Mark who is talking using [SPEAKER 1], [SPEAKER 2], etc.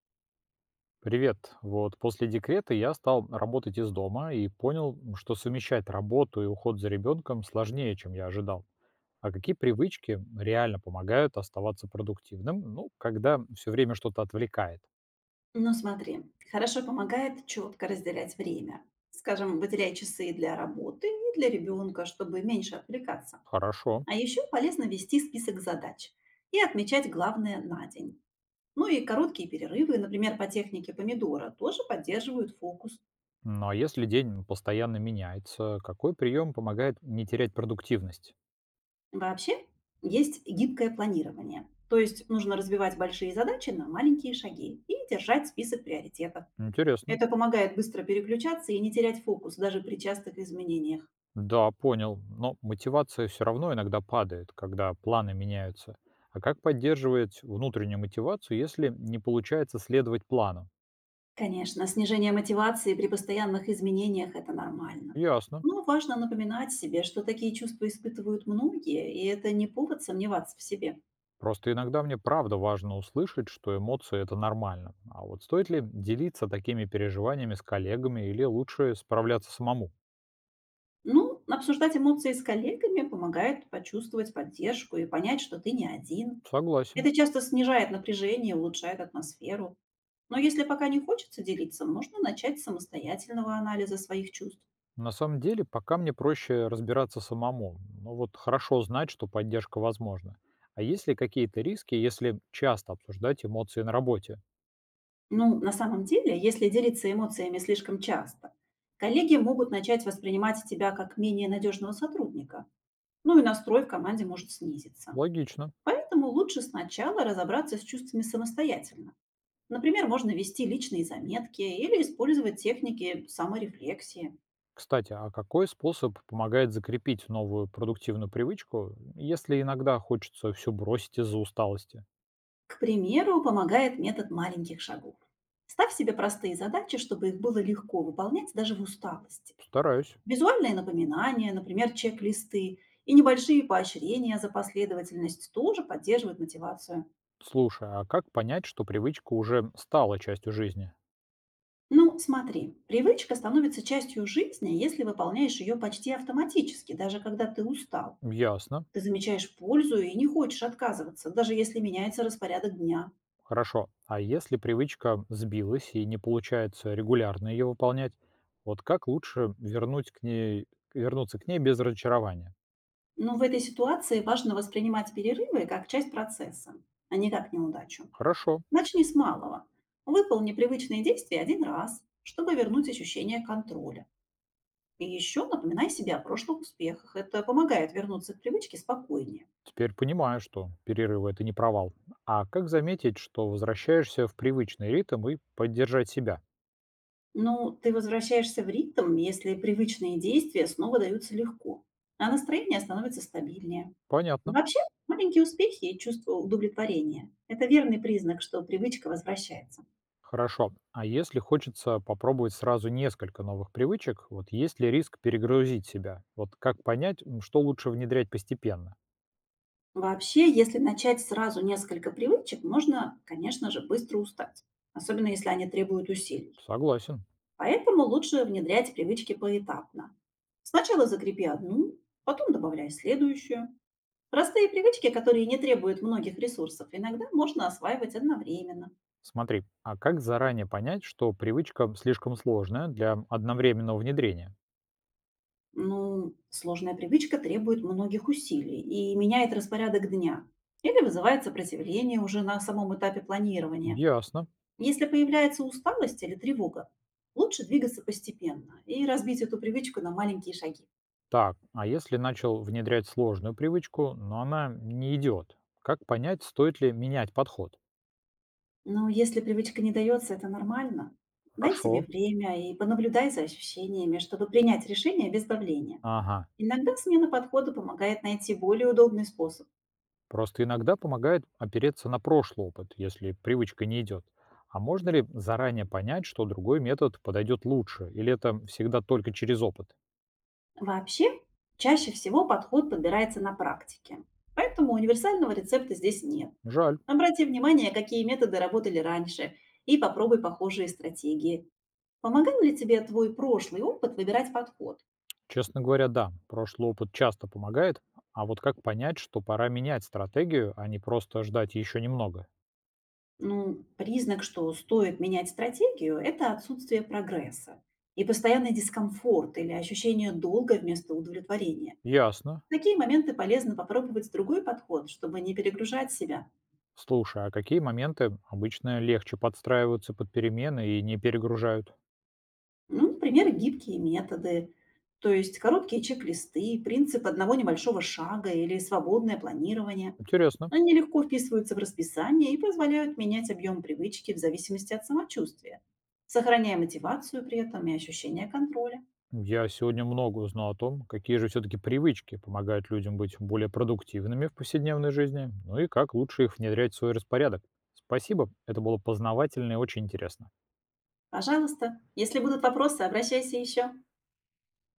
[SPEAKER 1] Привет. Вот после декрета я стал работать из дома и понял, что совмещать работу и уход за ребенком сложнее, чем я ожидал. А какие привычки реально помогают оставаться продуктивным, ну, когда все время что-то отвлекает?
[SPEAKER 2] Ну смотри, хорошо помогает четко разделять время. Скажем, выделяй часы для работы и для ребенка, чтобы меньше отвлекаться.
[SPEAKER 1] Хорошо.
[SPEAKER 2] А еще полезно вести список задач и отмечать главное на день. Ну и короткие перерывы, например, по технике помидора, тоже поддерживают фокус.
[SPEAKER 1] Но если день постоянно меняется, какой прием помогает не терять продуктивность?
[SPEAKER 2] Вообще есть гибкое планирование. То есть нужно разбивать большие задачи на маленькие шаги и держать список приоритетов.
[SPEAKER 1] Интересно.
[SPEAKER 2] Это помогает быстро переключаться и не терять фокус даже при частых изменениях.
[SPEAKER 1] Да, понял. Но мотивация все равно иногда падает, когда планы меняются. А как поддерживать внутреннюю мотивацию, если не получается следовать плану?
[SPEAKER 2] Конечно, снижение мотивации при постоянных изменениях– это нормально.
[SPEAKER 1] Ясно.
[SPEAKER 2] Но важно напоминать себе, что такие чувства испытывают многие, и это не повод сомневаться в себе.
[SPEAKER 1] Просто иногда мне правда важно услышать, что эмоции это нормально. А вот стоит ли делиться такими переживаниями с коллегами или лучше справляться самому?
[SPEAKER 2] Ну, обсуждать эмоции с коллегами помогает почувствовать поддержку и понять, что ты не один.
[SPEAKER 1] Согласен.
[SPEAKER 2] Это часто снижает напряжение, улучшает атмосферу. Но если пока не хочется делиться, можно начать с самостоятельного анализа своих чувств.
[SPEAKER 1] На самом деле, пока мне проще разбираться самому. Но вот хорошо знать, что поддержка возможна. А есть ли какие-то риски, если часто обсуждать эмоции на работе?
[SPEAKER 2] Ну, на самом деле, если делиться эмоциями слишком часто, коллеги могут начать воспринимать тебя как менее надежного сотрудника, ну и настрой в команде может снизиться.
[SPEAKER 1] Логично.
[SPEAKER 2] Поэтому лучше сначала разобраться с чувствами самостоятельно. Например, можно вести личные заметки или использовать техники саморефлексии.
[SPEAKER 1] Кстати, а какой способ помогает закрепить новую продуктивную привычку, если иногда хочется все бросить из-за усталости?
[SPEAKER 2] К примеру, помогает метод маленьких шагов. Ставь себе простые задачи, чтобы их было легко выполнять даже в усталости.
[SPEAKER 1] Стараюсь.
[SPEAKER 2] Визуальные напоминания, например, чек-листы и небольшие поощрения за последовательность тоже поддерживают мотивацию.
[SPEAKER 1] Слушай, а как понять, что привычка уже стала частью жизни?
[SPEAKER 2] Ну, смотри, привычка становится частью жизни, если выполняешь ее почти автоматически, даже когда ты устал.
[SPEAKER 1] Ясно.
[SPEAKER 2] Ты замечаешь пользу и не хочешь отказываться, даже если меняется распорядок дня.
[SPEAKER 1] Хорошо. А если привычка сбилась и не получается регулярно ее выполнять, вот как лучше вернуть к ней, вернуться к ней без разочарования?
[SPEAKER 2] Но в этой ситуации важно воспринимать перерывы как часть процесса, а не как неудачу.
[SPEAKER 1] Хорошо.
[SPEAKER 2] Начни с малого. Выполни привычные действия один раз, чтобы вернуть ощущение контроля. И еще напоминай себе о прошлых успехах. Это помогает вернуться к привычке спокойнее.
[SPEAKER 1] Теперь понимаю, что перерывы — это не провал. А как заметить, что возвращаешься в привычный ритм и поддержать себя?
[SPEAKER 2] Но ты возвращаешься в ритм, если привычные действия снова даются легко, а настроение становится стабильнее.
[SPEAKER 1] Понятно.
[SPEAKER 2] Вообще, маленькие успехи и чувство удовлетворения– это верный признак, что привычка возвращается.
[SPEAKER 1] Хорошо. А если хочется попробовать сразу несколько новых привычек, вот есть ли риск перегрузить себя? Вот как понять, что лучше внедрять постепенно?
[SPEAKER 2] Вообще, если начать сразу несколько привычек, можно, конечно же, быстро устать, особенно если они требуют усилий.
[SPEAKER 1] Согласен.
[SPEAKER 2] Поэтому лучше внедрять привычки поэтапно. Сначала закрепи одну, потом добавляй следующую. Простые привычки, которые не требуют многих ресурсов, иногда можно осваивать одновременно.
[SPEAKER 1] Смотри, а как заранее понять, что привычка слишком сложная для одновременного внедрения?
[SPEAKER 2] Ну, сложная привычка требует многих усилий и меняет распорядок дня. Или вызывает сопротивление уже на самом этапе планирования.
[SPEAKER 1] Ясно.
[SPEAKER 2] Если появляется усталость или тревога, лучше двигаться постепенно и разбить эту привычку на маленькие шаги.
[SPEAKER 1] Так, а если начал внедрять сложную привычку, но она не идет? Как понять, стоит ли менять подход?
[SPEAKER 2] Но если привычка не дается, это нормально. Дай себе
[SPEAKER 1] Хорошо.
[SPEAKER 2] время и понаблюдай за ощущениями, чтобы принять решение без давления.
[SPEAKER 1] Ага.
[SPEAKER 2] Иногда смена подхода помогает найти более удобный способ.
[SPEAKER 1] Просто иногда помогает опереться на прошлый опыт, если привычка не идет. А можно ли заранее понять, что другой метод подойдет лучше? Или это всегда только через опыт?
[SPEAKER 2] Вообще, чаще всего подход подбирается на практике. Поэтому универсального рецепта здесь нет.
[SPEAKER 1] Жаль.
[SPEAKER 2] Обрати внимание, какие методы работали раньше, и попробуй похожие стратегии. Помогал ли тебе твой прошлый опыт выбирать подход?
[SPEAKER 1] Честно говоря, да. Прошлый опыт часто помогает. А вот как понять, что пора менять стратегию, а не просто ждать еще немного?
[SPEAKER 2] Ну, признак, что стоит менять стратегию, это отсутствие прогресса и постоянный дискомфорт или ощущение долга вместо удовлетворения.
[SPEAKER 1] Ясно.
[SPEAKER 2] В такие моменты полезно попробовать другой подход, чтобы не перегружать себя.
[SPEAKER 1] Слушай, а какие моменты обычно легче подстраиваются под перемены и не перегружают?
[SPEAKER 2] Ну, например, гибкие методы, то есть короткие чек-листы, принцип одного небольшого шага или свободное планирование.
[SPEAKER 1] Интересно.
[SPEAKER 2] Они легко вписываются в расписание и позволяют менять объем привычки в зависимости от самочувствия, сохраняя мотивацию при этом и ощущение контроля.
[SPEAKER 1] Я сегодня много узнал о том, какие же все-таки привычки помогают людям быть более продуктивными в повседневной жизни, ну и как лучше их внедрять в свой распорядок. Спасибо, это было познавательно и очень интересно.
[SPEAKER 2] Пожалуйста, если будут вопросы, обращайся еще.